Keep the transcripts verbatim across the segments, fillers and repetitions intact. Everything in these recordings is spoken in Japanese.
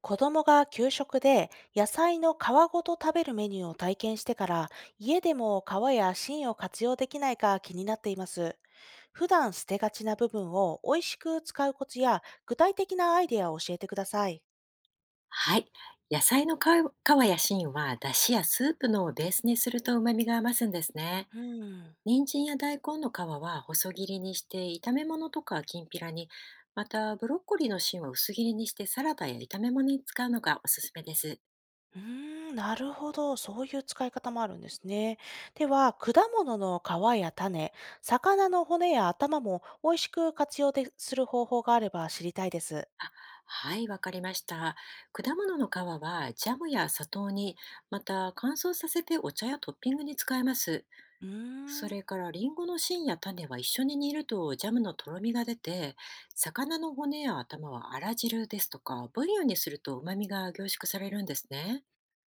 子供が給食で野菜の皮ごと食べるメニューを体験してから家でも皮や芯を活用できないか気になっています。普段捨てがちな部分を美味しく使うコツや具体的なアイデアを教えてください。はい。野菜の皮皮や芯は、出汁やスープのをベースにすると旨味が増すんですね。うん。人参や大根の皮は細切りにして、炒め物とかきんぴらに、また、ブロッコリーの芯は薄切りにして、サラダや炒め物に使うのがおすすめです。うーん、なるほど。そういう使い方もあるんですね。では、果物の皮や種、魚の骨や頭も美味しく活用でする方法があれば知りたいです。はい、わかりました。果物の皮は、ジャムや砂糖に、また乾燥させてお茶やトッピングに使えます。うーそれん。からリンゴの芯や種は一緒に煮るとジャムのとろみが出て、魚の骨や頭はあら汁ですとか、ブリオンにすると旨味が凝縮されるんですね。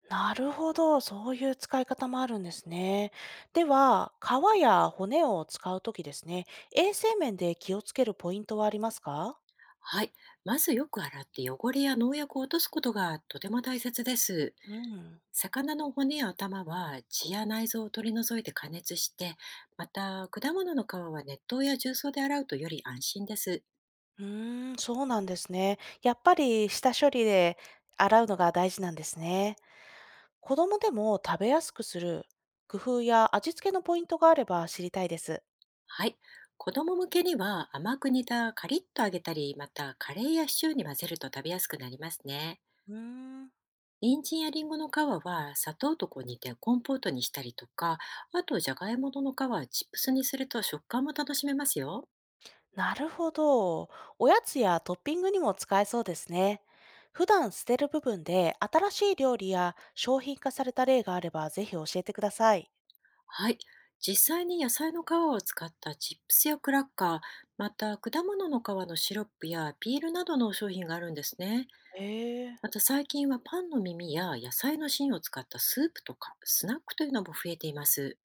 なるほど、そういう使い方もあるんですね。では、皮や骨を使うときですね、衛生面で気をつけるポイントはありますか？はい。まずよく洗って汚れや農薬を落とすことがとても大切です。うん。魚の骨や頭は血や内臓を取り除いて加熱して、また果物の皮は熱湯や重曹で洗うとより安心です。うーん、そうなんですね。やっぱり下処理で洗うのが大事なんですね。子供でも食べやすくする工夫や味付けのポイントがあれば知りたいです。はい。子供向けには甘く煮たカリッと揚げたり、またカレーやシチューに混ぜると食べやすくなりますね。うーん。人参やリンゴの皮は砂糖とこう煮てコンポートにしたりとか、あとじゃがいもの皮はチップスにすると食感も楽しめますよ。なるほど。おやつやトッピングにも使えそうですね。普段捨てる部分で新しい料理や商品化された例があればぜひ教えてください。はい。実際に野菜の皮を使ったチップスやクラッカー、また果物の皮のシロップやピールなどの商品があるんですね。へえ。また最近はパンの耳や野菜の芯を使ったスープとかスナックというのも増えています。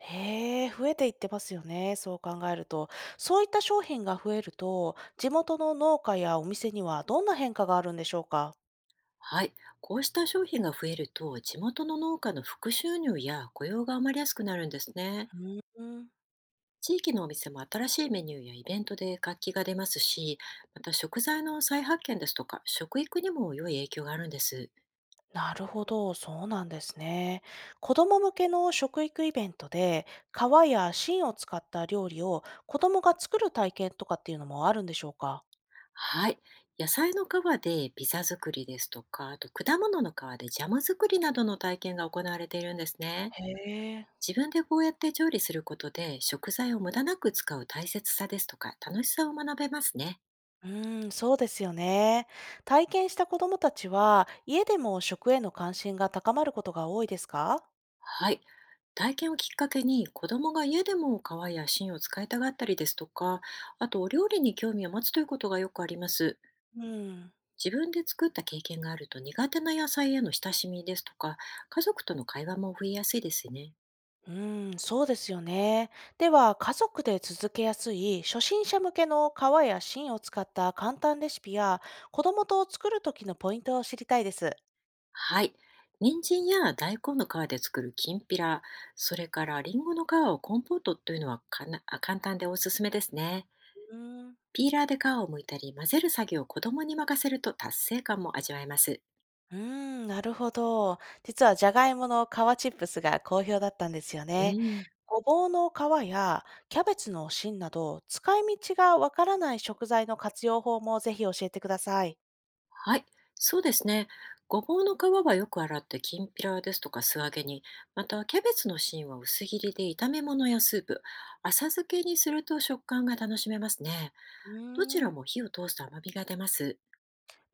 へえ、増えていってますよね。そう考えると、そういった商品が増えると、地元の農家やお店にはどんな変化があるんでしょうか？はい、こうした商品が増えると地元の農家の副収入や雇用が生まれやすくなるんですね。うーん。地域のお店も新しいメニューやイベントで活気が出ますし、また食材の再発見ですとか食育にも良い影響があるんです。なるほど、そうなんですね。子供向けの食育イベントで、皮や芯を使った料理を子供が作る体験とかっていうのもあるんでしょうか？はい、野菜の皮でピザ作りですとか、あと果物の皮でジャム作りなどの体験が行われているんですね。へえ。自分でこうやって調理することで食材を無駄なく使う大切さですとか楽しさを学べますね。うーん、そうですよね。体験した子供たちは、家でも食への関心が高まることが多いですか？はい。体験をきっかけに子供が家でも皮や芯を使いたがったりですとか、あとお料理に興味を持つということがよくあります。うん。自分で作った経験があると苦手な野菜への親しみですとか、家族との会話も増えやすいですね。うーん、そうですよね。では、家族で続けやすい初心者向けの皮や芯を使った簡単レシピや、子供と作る時のポイントを知りたいです。はい。人参や大根の皮で作るきんぴら、それからりんごの皮をコンポートというのはかなあ簡単でおすすめですね。うーん。ピーラーで皮を剥いたり混ぜる作業を子供に任せると達成感も味わえます。うーん、なるほど。実はじゃがいもの皮チップスが好評だったんですようね。ん。ごぼうの皮やキャベツの芯など、使い道がわからない食材の活用法もぜひ教えてください。はい、そうですね。ごぼうの皮はよく洗ってきんぴらですとか素揚げに、またキャベツの芯は薄切りで炒め物やスープ、浅漬けにすると食感が楽しめますね。うどちーらん。も火を通すと甘みが出ます。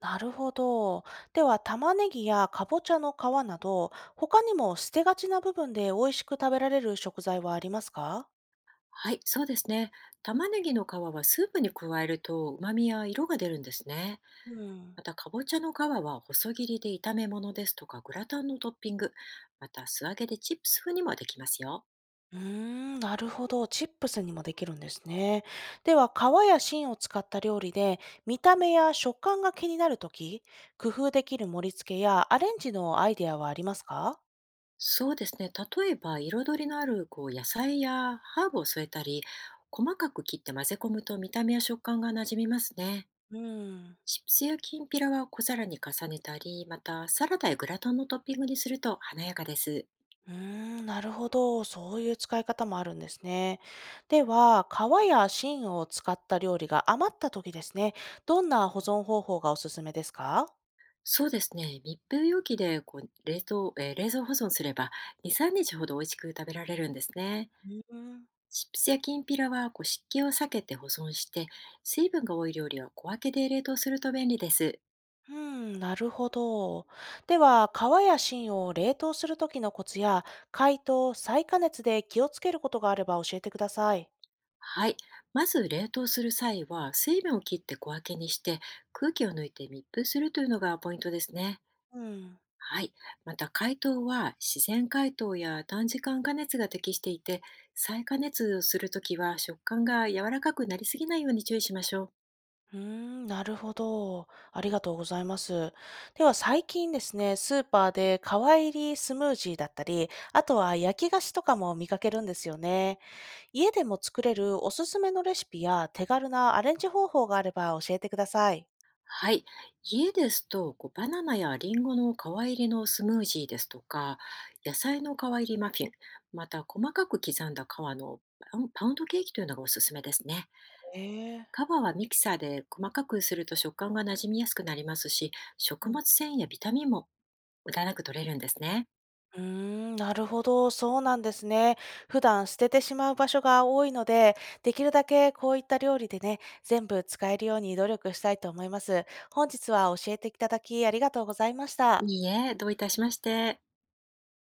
なるほど。では、玉ねぎやかぼちゃの皮など、他にも捨てがちな部分で美味しく食べられる食材はありますか？はい、そうですね。玉ねぎの皮はスープに加えると旨味や色が出るんですね。うん。またかぼちゃの皮は細切りで炒め物ですとかグラタンのトッピング、また素揚げでチップス風にもできますよ。うーん、なるほど。チップスにもできるんですね。では、皮や芯を使った料理で、見た目や食感が気になるとき、工夫できる盛り付けやアレンジのアイデアはありますか？そうですね。例えば、彩りのあるこう野菜やハーブを添えたり、細かく切って混ぜ込むと見た目や食感が馴染みますね。うん。チップスやきんぴらは小皿に重ねたり、またサラダやグラタンのトッピングにすると華やかです。うーん、なるほど。そういう使い方もあるんですね。では、皮や芯を使った料理が余ったときですね、どんな保存方法がおすすめですか？そうですね。密封容器でこう冷凍、えー冷蔵保存すればに、さんにちほど美味しく食べられるんですね。うん。チップスやきんぴらはこう湿気を避けて保存して、水分が多い料理は小分けで冷凍すると便利です。うん、なるほど。では、皮や芯を冷凍するときのコツや、解凍、再加熱で気をつけることがあれば教えてください。はい。まず冷凍する際は水分を切って小分けにして空気を抜いて密封するというのがポイントですね。うん。はい。また解凍は自然解凍や短時間加熱が適していて、再加熱をするときは食感が柔らかくなりすぎないように注意しましょう。うーん、なるほど。ありがとうございます。では、最近ですね、スーパーで皮入りスムージーだったり、あとは焼き菓子とかも見かけるんですよね。家でも作れるおすすめのレシピや手軽なアレンジ方法があれば教えてください。はい。家ですとこうバナナやリンゴの皮入りのスムージーですとか、野菜の皮入りマフィン、また細かく刻んだ皮のパンパウンドケーキというのがおすすめですね。ええ。カバはミキサーで細かくすると食感が馴染みやすくなりますし、食物繊維やビタミンも無駄なく取れるんですね。うーん、なるほど、そうなんですね。普段捨ててしまう場所が多いので、できるだけこういった料理でね、全部使えるように努力したいと思います。本日は教えていただきありがとうございました。いいえ、どういたしまして。